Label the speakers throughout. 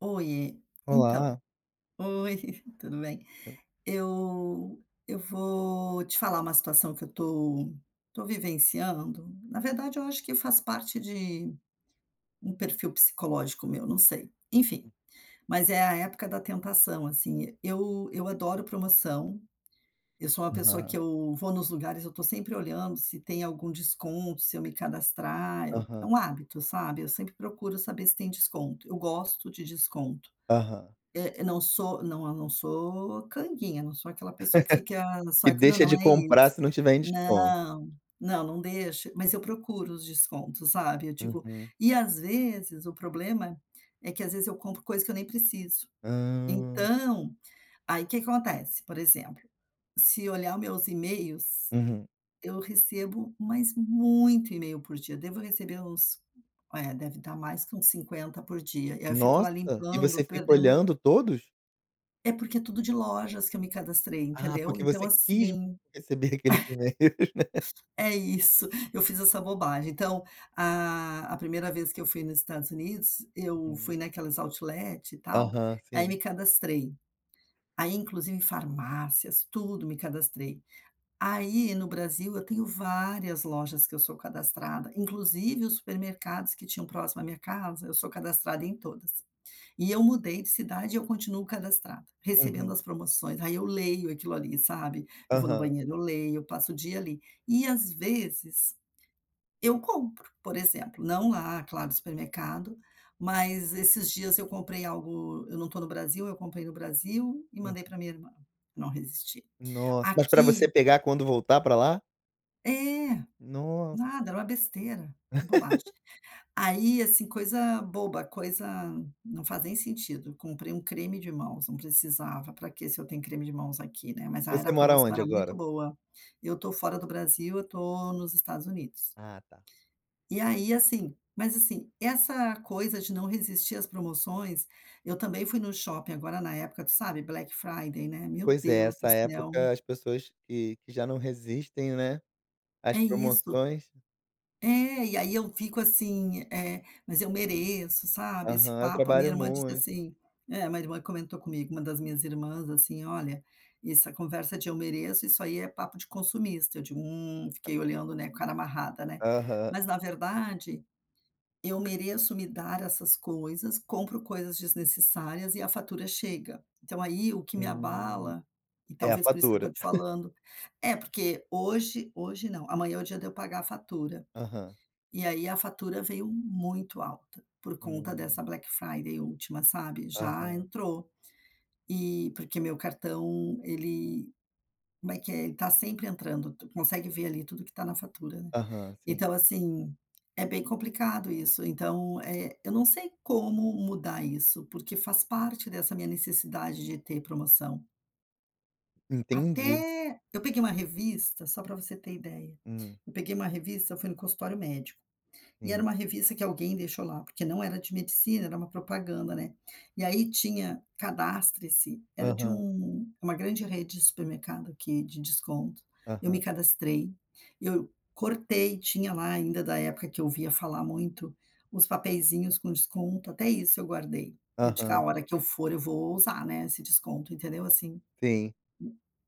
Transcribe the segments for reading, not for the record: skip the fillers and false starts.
Speaker 1: Oi, então,
Speaker 2: Olá.
Speaker 1: oi, tudo bem? Eu eu vou te falar uma situação que eu tô vivenciando. Na verdade, eu acho que faz parte de um perfil psicológico meu, não sei. Enfim, mas é a época da tentação, assim. Eu adoro promoção. Eu sou uma pessoa que
Speaker 2: Aham,
Speaker 1: eu vou nos lugares, eu tô sempre olhando se tem algum desconto, se eu me cadastrar. Eu é
Speaker 2: aham,
Speaker 1: um hábito, sabe? Eu sempre procuro saber se tem desconto. Eu gosto de desconto.
Speaker 2: aham.
Speaker 1: É, é, não sou não, eu não sou canguinha, não sou aquela pessoa que fica só
Speaker 2: Que
Speaker 1: não,
Speaker 2: deixa
Speaker 1: não
Speaker 2: de
Speaker 1: é
Speaker 2: comprar
Speaker 1: isso.
Speaker 2: se não tiver em desconto.
Speaker 1: Não, não, não deixa, mas eu procuro os descontos, sabe, eu digo
Speaker 2: Uhum.
Speaker 1: e às vezes o problema é que às vezes eu compro coisa que eu nem preciso.
Speaker 2: Hã.
Speaker 1: Então, aí o que acontece, por exemplo, se olhar meus e-mails,
Speaker 2: Uhum.
Speaker 1: eu recebo, mas muito e-mail por dia, devo receber uns deve dar mais que uns 50 por dia, e aí eu fico lá
Speaker 2: Nossa, e
Speaker 1: limpando,
Speaker 2: você fica
Speaker 1: perdendo
Speaker 2: olhando todos?
Speaker 1: é porque é tudo de lojas que eu me cadastrei,
Speaker 2: Ah,
Speaker 1: entendeu.
Speaker 2: porque
Speaker 1: Então
Speaker 2: você quis
Speaker 1: assim
Speaker 2: receber aqueles e-mails.
Speaker 1: é isso, eu fiz essa bobagem. Então, a primeira vez que eu fui nos Estados Unidos, eu fui
Speaker 2: Uhum.
Speaker 1: naquelas outlet e tal,
Speaker 2: Aham,
Speaker 1: aí
Speaker 2: sim.
Speaker 1: me cadastrei. Aí inclusive em farmácias, tudo me cadastrei. Aí no Brasil eu tenho várias lojas que eu sou cadastrada, inclusive os supermercados que tinham próximo à minha casa, eu sou cadastrada em todas. E eu mudei de cidade e eu continuo cadastrada, recebendo
Speaker 2: Uhum.
Speaker 1: as promoções. Aí eu leio aquilo ali, sabe. Eu vou no
Speaker 2: Aham.
Speaker 1: banheiro, eu leio, eu passo o dia ali. E às vezes eu compro, por exemplo, não lá, claro, no supermercado, mas esses dias eu comprei algo eu não estou no Brasil, eu comprei no Brasil e mandei
Speaker 2: Uhum.
Speaker 1: para minha irmã. Não resisti.
Speaker 2: Nossa, mas pra você
Speaker 1: Aqui
Speaker 2: pegar quando voltar pra lá?
Speaker 1: é,
Speaker 2: Nossa.
Speaker 1: nada, era uma besteira, uma bobagem. Aí, assim, coisa boba, coisa não faz nem sentido. Comprei um creme de mãos, não precisava, para que se eu tenho creme de mãos aqui, né, mas a era
Speaker 2: Você
Speaker 1: a
Speaker 2: mora
Speaker 1: promoção
Speaker 2: onde
Speaker 1: era muito
Speaker 2: agora?
Speaker 1: boa. Eu tô fora do Brasil, eu tô nos Estados Unidos.
Speaker 2: Ah, tá.
Speaker 1: E aí, assim mas assim, essa coisa de não resistir às promoções, eu também fui no shopping agora na época, tu sabe, Black Friday, né, meu
Speaker 2: Pois é,
Speaker 1: Deus do
Speaker 2: essa
Speaker 1: céu,
Speaker 2: época as pessoas que já não resistem, né, às
Speaker 1: é isso.
Speaker 2: promoções.
Speaker 1: É, e aí eu fico assim, mas eu mereço, sabe, esse
Speaker 2: Aham, eu
Speaker 1: papo. A minha
Speaker 2: trabalho
Speaker 1: irmã disse
Speaker 2: muito.
Speaker 1: assim é, a minha irmã comentou comigo, uma das minhas irmãs, assim: "Olha, essa conversa de eu mereço, isso aí é papo de consumista". Eu digo: fiquei olhando, né, com a cara amarrada, né.
Speaker 2: Aham.
Speaker 1: Mas na verdade, eu mereço me dar essas coisas, compro coisas desnecessárias e a fatura chega. Então aí o que me
Speaker 2: Hum,
Speaker 1: abala, e
Speaker 2: é a
Speaker 1: talvez por isso que eu
Speaker 2: fatura.
Speaker 1: estou te falando é, porque hoje não, amanhã é o dia de eu pagar a fatura.
Speaker 2: Aham.
Speaker 1: E aí a fatura veio muito alta, por conta
Speaker 2: Hum,
Speaker 1: dessa Black Friday última, sabe, já
Speaker 2: aham,
Speaker 1: entrou. E porque meu cartão ele como é que é? Ele tá sempre entrando, tu consegue ver ali tudo que tá na fatura, né.
Speaker 2: aham, sim.
Speaker 1: Então assim, é bem complicado isso, então, eu não sei como mudar isso, porque faz parte dessa minha necessidade de ter promoção.
Speaker 2: Entendi.
Speaker 1: Até eu peguei uma revista, só para você ter ideia,
Speaker 2: Hum,
Speaker 1: eu peguei uma revista, eu fui no consultório médico. E era
Speaker 2: sim.
Speaker 1: uma revista que alguém deixou lá, porque não era de medicina, era uma propaganda, né. E aí tinha cadastre-se, era de
Speaker 2: Aham,
Speaker 1: um uma grande rede de supermercado que de desconto. Eu me
Speaker 2: aham,
Speaker 1: cadastrei, eu cortei, tinha lá ainda da época que eu ouvia falar muito, os papeizinhos com desconto, até isso eu guardei. Eu digo: "A
Speaker 2: aham,
Speaker 1: hora que eu for eu vou usar, né, esse desconto", entendeu, assim.
Speaker 2: sim.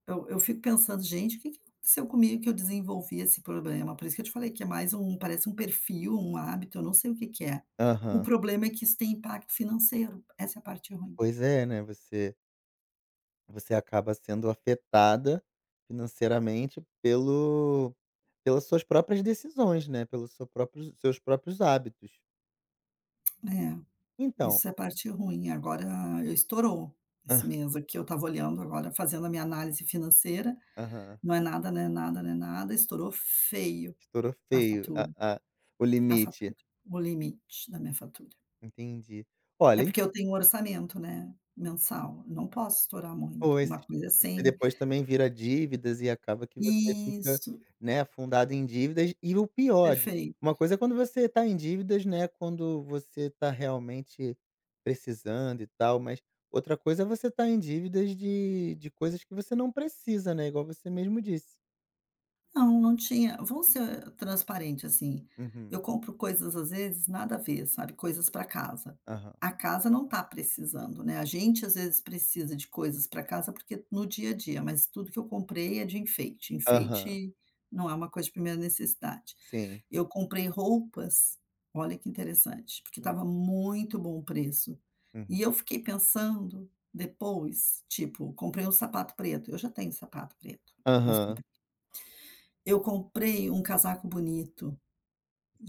Speaker 1: Eu fico pensando: "Gente, o que que aconteceu comigo que eu desenvolvi esse problema?". Por isso que eu te falei que é mais um parece um perfil, um hábito, eu não sei o que que é. O
Speaker 2: Aham.
Speaker 1: problema é que isso tem impacto financeiro, essa é a parte ruim.
Speaker 2: Pois é, né, você acaba sendo afetada financeiramente pelo pelas suas próprias decisões, né, pelos seu próprios seus próprios hábitos.
Speaker 1: É,
Speaker 2: Então,
Speaker 1: isso é a parte ruim. Agora eu estourou
Speaker 2: hã,
Speaker 1: esse mês aqui, eu estava olhando agora, fazendo a minha análise financeira,
Speaker 2: aham,
Speaker 1: não é nada, não é nada, não é nada, estourou feio
Speaker 2: estourou
Speaker 1: a
Speaker 2: feio
Speaker 1: fatura,
Speaker 2: a o
Speaker 1: a
Speaker 2: limite,
Speaker 1: fatura, o limite da minha fatura.
Speaker 2: entendi.
Speaker 1: É
Speaker 2: Olha,
Speaker 1: porque eu tenho um orçamento, né, mensal, não posso estourar muito.
Speaker 2: ou esse
Speaker 1: Uma coisa
Speaker 2: isso
Speaker 1: sem
Speaker 2: depois também vira dívidas e acaba que você fica,
Speaker 1: Isso,
Speaker 2: né, afundado em dívidas. E o pior de
Speaker 1: perfeito.
Speaker 2: uma coisa é quando você está em dívidas, né, quando você está realmente precisando e tal, mas outra coisa é você estar em dívidas de coisas que você não precisa, né, igual você mesmo disse.
Speaker 1: Não, não tinha vamos ser transparente, assim,
Speaker 2: Uhum.
Speaker 1: eu compro coisas, às vezes, nada a ver, sabe, coisas para casa.
Speaker 2: Aham.
Speaker 1: A casa não está precisando, né, a gente, às vezes, precisa de coisas para casa, porque no dia a dia, mas tudo que eu comprei é de enfeite,
Speaker 2: Aham.
Speaker 1: enfeite não é uma coisa de primeira necessidade.
Speaker 2: Sim.
Speaker 1: Eu comprei roupas, olha que interessante, porque
Speaker 2: Hum,
Speaker 1: estava muito bom o preço,
Speaker 2: uhum.
Speaker 1: e eu fiquei pensando depois, tipo, comprei um sapato preto, eu já tenho sapato preto, mas
Speaker 2: Aham.
Speaker 1: comprei eu comprei um casaco bonito.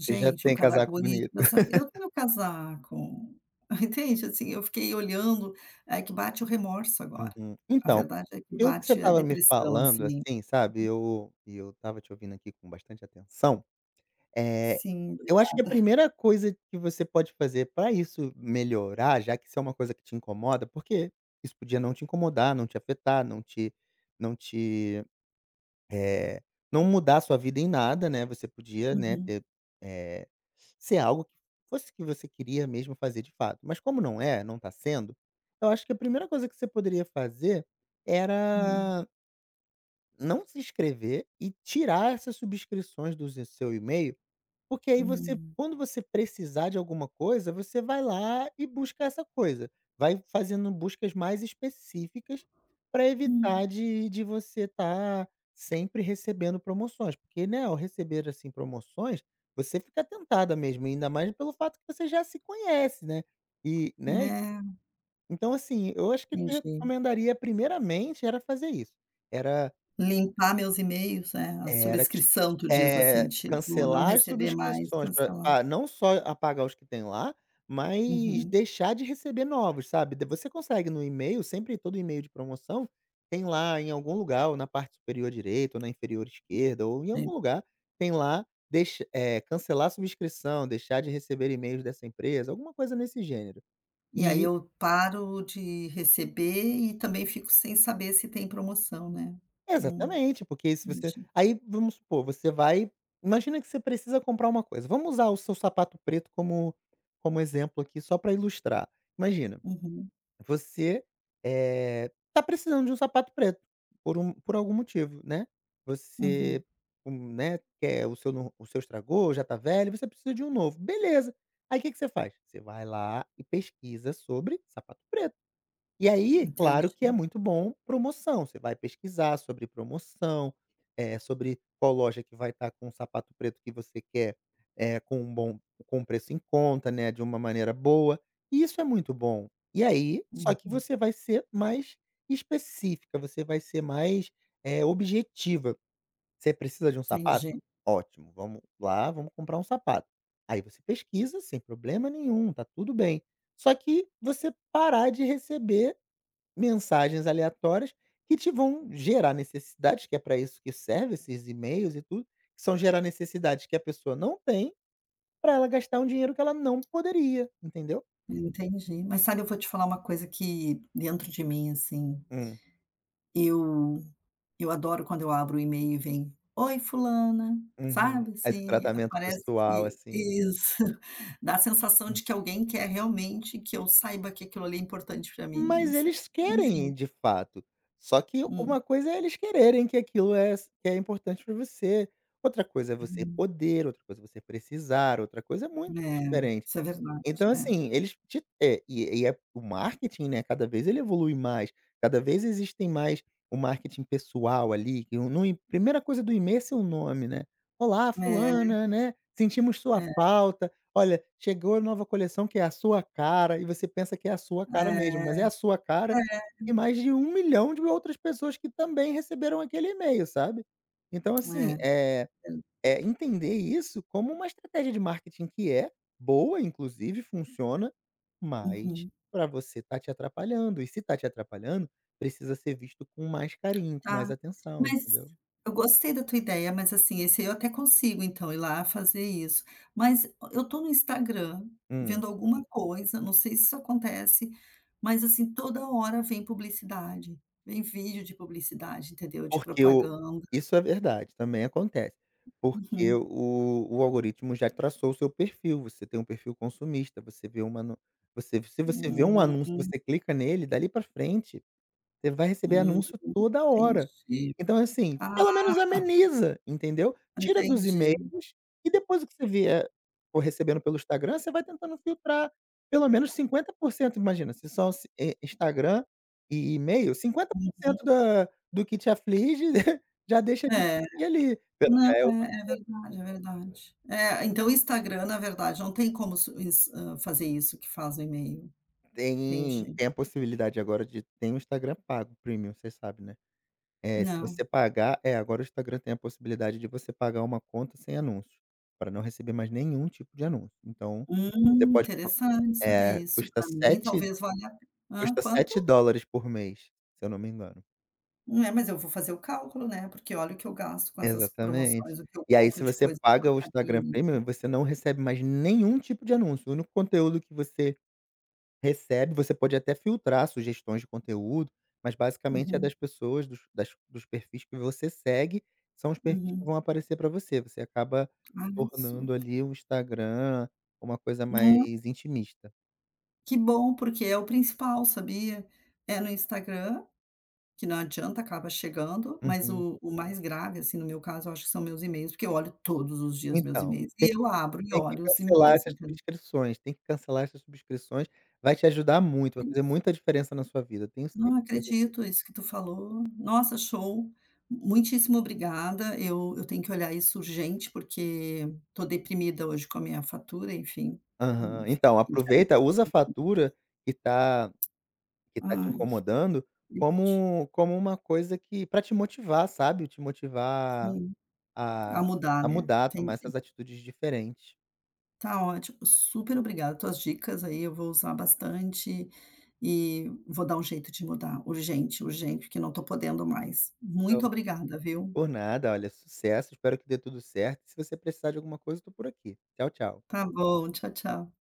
Speaker 2: Você já
Speaker 1: é um
Speaker 2: tem
Speaker 1: casaco
Speaker 2: casaco
Speaker 1: bonito,
Speaker 2: bonito.
Speaker 1: pensa eu tenho casaco, entende, assim, eu fiquei olhando, é que bate o remorso agora.
Speaker 2: Uhum.
Speaker 1: A
Speaker 2: Então,
Speaker 1: verdade é que
Speaker 2: pelo que você
Speaker 1: bate a
Speaker 2: estava me
Speaker 1: depressão,
Speaker 2: falando,
Speaker 1: assim.
Speaker 2: assim, sabe, eu estava te ouvindo aqui com bastante atenção. eh,
Speaker 1: Sim,
Speaker 2: eu acho que a
Speaker 1: obrigada.
Speaker 2: primeira coisa que você pode fazer para isso melhorar, já que isso é uma coisa que te incomoda, porque isso podia não te incomodar, não te afetar, não te eh, não mudar sua vida em nada, né, você podia, né,
Speaker 1: Uhum,
Speaker 2: ter, eh, ser algo que fosse que você queria mesmo fazer de fato. Mas como não é, não está sendo, eu acho que a primeira coisa que você poderia fazer
Speaker 1: hum,
Speaker 2: era não se inscrever e tirar essas subscrições do seu e-mail, porque aí você
Speaker 1: hum,
Speaker 2: quando você precisar de alguma coisa, você vai lá e busca essa coisa. Vai fazendo buscas mais específicas para evitar
Speaker 1: hum,
Speaker 2: de você estar sempre recebendo promoções, porque, né, ao receber, assim, promoções, você fica tentada mesmo, ainda mais pelo fato que você já se conhece, né. E, né,
Speaker 1: né.
Speaker 2: então assim, eu acho que eu te
Speaker 1: Entendi.
Speaker 2: recomendaria primeiramente era fazer isso, era
Speaker 1: Limpar meus e-mails, é, a
Speaker 2: era ti
Speaker 1: subscrição, tu diz assim,
Speaker 2: é,
Speaker 1: tipo, não
Speaker 2: cancelar as
Speaker 1: receber mais,
Speaker 2: subscrições
Speaker 1: cancelar.
Speaker 2: para não só apagar os que tem lá, mas
Speaker 1: Uhum,
Speaker 2: deixar de receber novos, sabe. Da Você consegue no e-mail, sempre todo e-mail de promoção, tem lá em algum lugar, ou na parte superior direita, ou na inferior esquerda, ou em
Speaker 1: sim.
Speaker 2: algum lugar, tem lá cancelar a subscrição, deixar de receber e-mails dessa empresa, alguma coisa nesse gênero.
Speaker 1: E aí
Speaker 2: E
Speaker 1: eu paro de receber e também fico sem saber se tem promoção, né. Hum,
Speaker 2: Exatamente, porque se você
Speaker 1: entendi.
Speaker 2: aí vamos supor, você vai imagina que você precisa comprar uma coisa, vamos usar o seu sapato preto como exemplo aqui só para ilustrar. Imagina,
Speaker 1: Uhum,
Speaker 2: você, tá precisando de um sapato preto, por algum motivo, né.
Speaker 1: uhum,
Speaker 2: Você, né, quer o seu, não, o seu estragou, já tá velho, você precisa de um novo, beleza. Aí o que que você faz? Você vai lá e pesquisa sobre sapato preto. E aí,
Speaker 1: entendi.
Speaker 2: claro que é muito bom promoção, você vai pesquisar sobre promoção, sobre qual loja que vai estar com o sapato preto que você quer, eh, com um bom com um preço em conta, né, de uma maneira boa, e isso é muito bom. E aí só que
Speaker 1: Uhum,
Speaker 2: você vai ser mais específica, você vai ser mais, objetiva. Você precisa de um sapato?
Speaker 1: entendi,
Speaker 2: Ótimo, vamos lá, vamos comprar um sapato. Aí você pesquisa sem problema nenhum, tá tudo bem. Só que você parar de receber mensagens aleatórias que te vão gerar necessidades, que é para isso que serve esses e-mails e tudo, que são gerar necessidades que a pessoa não tem, para ela gastar um dinheiro que ela não poderia, entendeu?
Speaker 1: entendi. Mas sabe, eu vou te falar uma coisa que dentro de mim, assim,
Speaker 2: Hum,
Speaker 1: eu eu adoro quando eu abro o e-mail e vem: "Oi, fulana",
Speaker 2: uhum.
Speaker 1: sabe,
Speaker 2: Esse
Speaker 1: assim,
Speaker 2: tratamento
Speaker 1: parece
Speaker 2: pessoal,
Speaker 1: que
Speaker 2: assim.
Speaker 1: isso, dá a sensação
Speaker 2: Hum.
Speaker 1: de que alguém quer realmente que eu saiba que aquilo ali é importante para mim, eu não
Speaker 2: Mas
Speaker 1: sei,
Speaker 2: eles querem
Speaker 1: enfim.
Speaker 2: de fato. Só que
Speaker 1: Hum.
Speaker 2: uma coisa é eles quererem que aquilo é que é importante para você, outra coisa é você
Speaker 1: Uhum.
Speaker 2: poder, outra coisa é você precisar, outra coisa é muito
Speaker 1: É,
Speaker 2: diferente.
Speaker 1: isso é verdade,
Speaker 2: Então,
Speaker 1: é.
Speaker 2: assim, e é o marketing, né, cada vez ele evolui mais, cada vez existem mais o marketing pessoal ali, que o- no e primeira coisa do e-mail é seu nome, né. "Olá,
Speaker 1: É,
Speaker 2: fulana, né, sentimos sua
Speaker 1: é,
Speaker 2: falta. Olha, chegou a nova coleção que é a sua cara", e você pensa que é a sua cara mesmo, mas é
Speaker 1: é,
Speaker 2: a sua cara e mais de 1.000.000 de outras pessoas que também receberam aquele e-mail, sabe. Então,
Speaker 1: é,
Speaker 2: assim,
Speaker 1: é, ver
Speaker 2: entender isso como uma estratégia de marketing que é boa, inclusive funciona, mas
Speaker 1: uhum.
Speaker 2: para você tá te atrapalhando, e se tá te atrapalhando, precisa ser visto com mais carinho, com mais
Speaker 1: Tá.
Speaker 2: atenção,
Speaker 1: Mas
Speaker 2: entendeu?
Speaker 1: eu gostei da tua ideia, mas, assim, esse aí eu até consigo, então, ir lá fazer isso. Mas eu tô no Instagram
Speaker 2: Hum,
Speaker 1: vendo alguma coisa, não sei se isso acontece, mas, assim, toda hora vem publicidade, vem vídeo de publicidade, entendeu, de
Speaker 2: porque o
Speaker 1: propaganda.
Speaker 2: isso é verdade, também acontece, porque
Speaker 1: Uhum.
Speaker 2: o algoritmo já traçou o seu perfil, você tem um perfil consumista, você vê uma no você se você vê um
Speaker 1: Hum,
Speaker 2: anúncio, você clica nele, dali para frente você vai receber
Speaker 1: hum,
Speaker 2: anúncio toda hora.
Speaker 1: entendi.
Speaker 2: Então, assim,
Speaker 1: Ah,
Speaker 2: pelo menos ameniza, entendeu? Tira dos
Speaker 1: entendi.
Speaker 2: e-mails e depois o que você vier for recebendo pelo Instagram, você vai tentando filtrar pelo menos 50%, imagina, se só se eh, Instagram e e-mail,
Speaker 1: Hum,
Speaker 2: 50% da do que te aflige já deixa de
Speaker 1: é.
Speaker 2: existir ali. Pelo
Speaker 1: Não,
Speaker 2: já é
Speaker 1: é
Speaker 2: uma
Speaker 1: é verdade, é verdade. É, então o Instagram, na verdade, não tem como su is fazer isso que faz o e-mail.
Speaker 2: tem
Speaker 1: Entendi.
Speaker 2: tem a possibilidade agora de tem o Instagram pago, premium, você sabe, né? É, se
Speaker 1: Não.
Speaker 2: você pagar agora o Instagram tem a possibilidade de você pagar uma conta sem anúncios, para não receber mais nenhum tipo de anúncio. Então, você pode po
Speaker 1: Interessante saber
Speaker 2: é,
Speaker 1: isso. Para mim, talvez valha a pena
Speaker 2: custa
Speaker 1: quanto?
Speaker 2: $7 por mês, se eu não me engano.
Speaker 1: Não É, mas eu vou fazer o cálculo, né, porque olha o que eu gasto com essas
Speaker 2: Exatamente.
Speaker 1: promoções, o que eu
Speaker 2: E aí
Speaker 1: compro
Speaker 2: se
Speaker 1: de
Speaker 2: você
Speaker 1: coisa
Speaker 2: paga o Instagram
Speaker 1: porcaria, né.
Speaker 2: Premium, você não recebe mais nenhum tipo de anúncio. O único conteúdo que você recebe, você pode até filtrar sugestões de conteúdo, mas basicamente é
Speaker 1: Uhum,
Speaker 2: das pessoas, dos perfis que você segue, são os perfis que
Speaker 1: uhum.
Speaker 2: vão aparecer para você. Você acaba
Speaker 1: Ah, isso.
Speaker 2: tornando ali o Instagram uma coisa
Speaker 1: Hum,
Speaker 2: mais intimista.
Speaker 1: que bom, porque é o principal, sabia? É no Instagram, que não adianta, acaba chegando, mas
Speaker 2: Uhum.
Speaker 1: o mais grave, assim, no meu caso, eu acho que são meus e-mails, porque eu olho todos os dias meus
Speaker 2: Então,
Speaker 1: e-mails, e eu abro e
Speaker 2: tem que
Speaker 1: olho os
Speaker 2: cancelar
Speaker 1: e-mails,
Speaker 2: essas
Speaker 1: entendeu?
Speaker 2: subscrições, tem que cancelar essas subscrições, vai te ajudar muito, vai
Speaker 1: É
Speaker 2: fazer
Speaker 1: Isso.
Speaker 2: muita diferença na sua vida, tenho
Speaker 1: Não
Speaker 2: certeza.
Speaker 1: acredito, isso que tu falou. Nossa, show. Muitíssimo obrigada. Eu tenho que olhar isso urgente, porque estou deprimida hoje com a minha fatura, enfim.
Speaker 2: Aham.
Speaker 1: Enfim,
Speaker 2: Então,
Speaker 1: tem que
Speaker 2: aproveita, usa a fatura que tá que tá te
Speaker 1: ai,
Speaker 2: incomodando,
Speaker 1: que triste.
Speaker 2: como uma coisa que para te motivar, sabe, te motivar
Speaker 1: Sim, a
Speaker 2: a
Speaker 1: mudar,
Speaker 2: a
Speaker 1: né.
Speaker 2: mudar, tomar
Speaker 1: Entendi.
Speaker 2: essas atitudes diferentes.
Speaker 1: Tá ótimo, super obrigada. Tuas dicas aí eu vou usar bastante e vou dar um jeito de mudar, urgente, urgente, porque não estou podendo mais. Muito
Speaker 2: Então,
Speaker 1: obrigada, viu.
Speaker 2: por nada, olha, sucesso, espero que dê tudo certo, se você precisar de alguma coisa, eu tô por aqui. Tchau, tchau.
Speaker 1: Tá bom, tchau, tchau.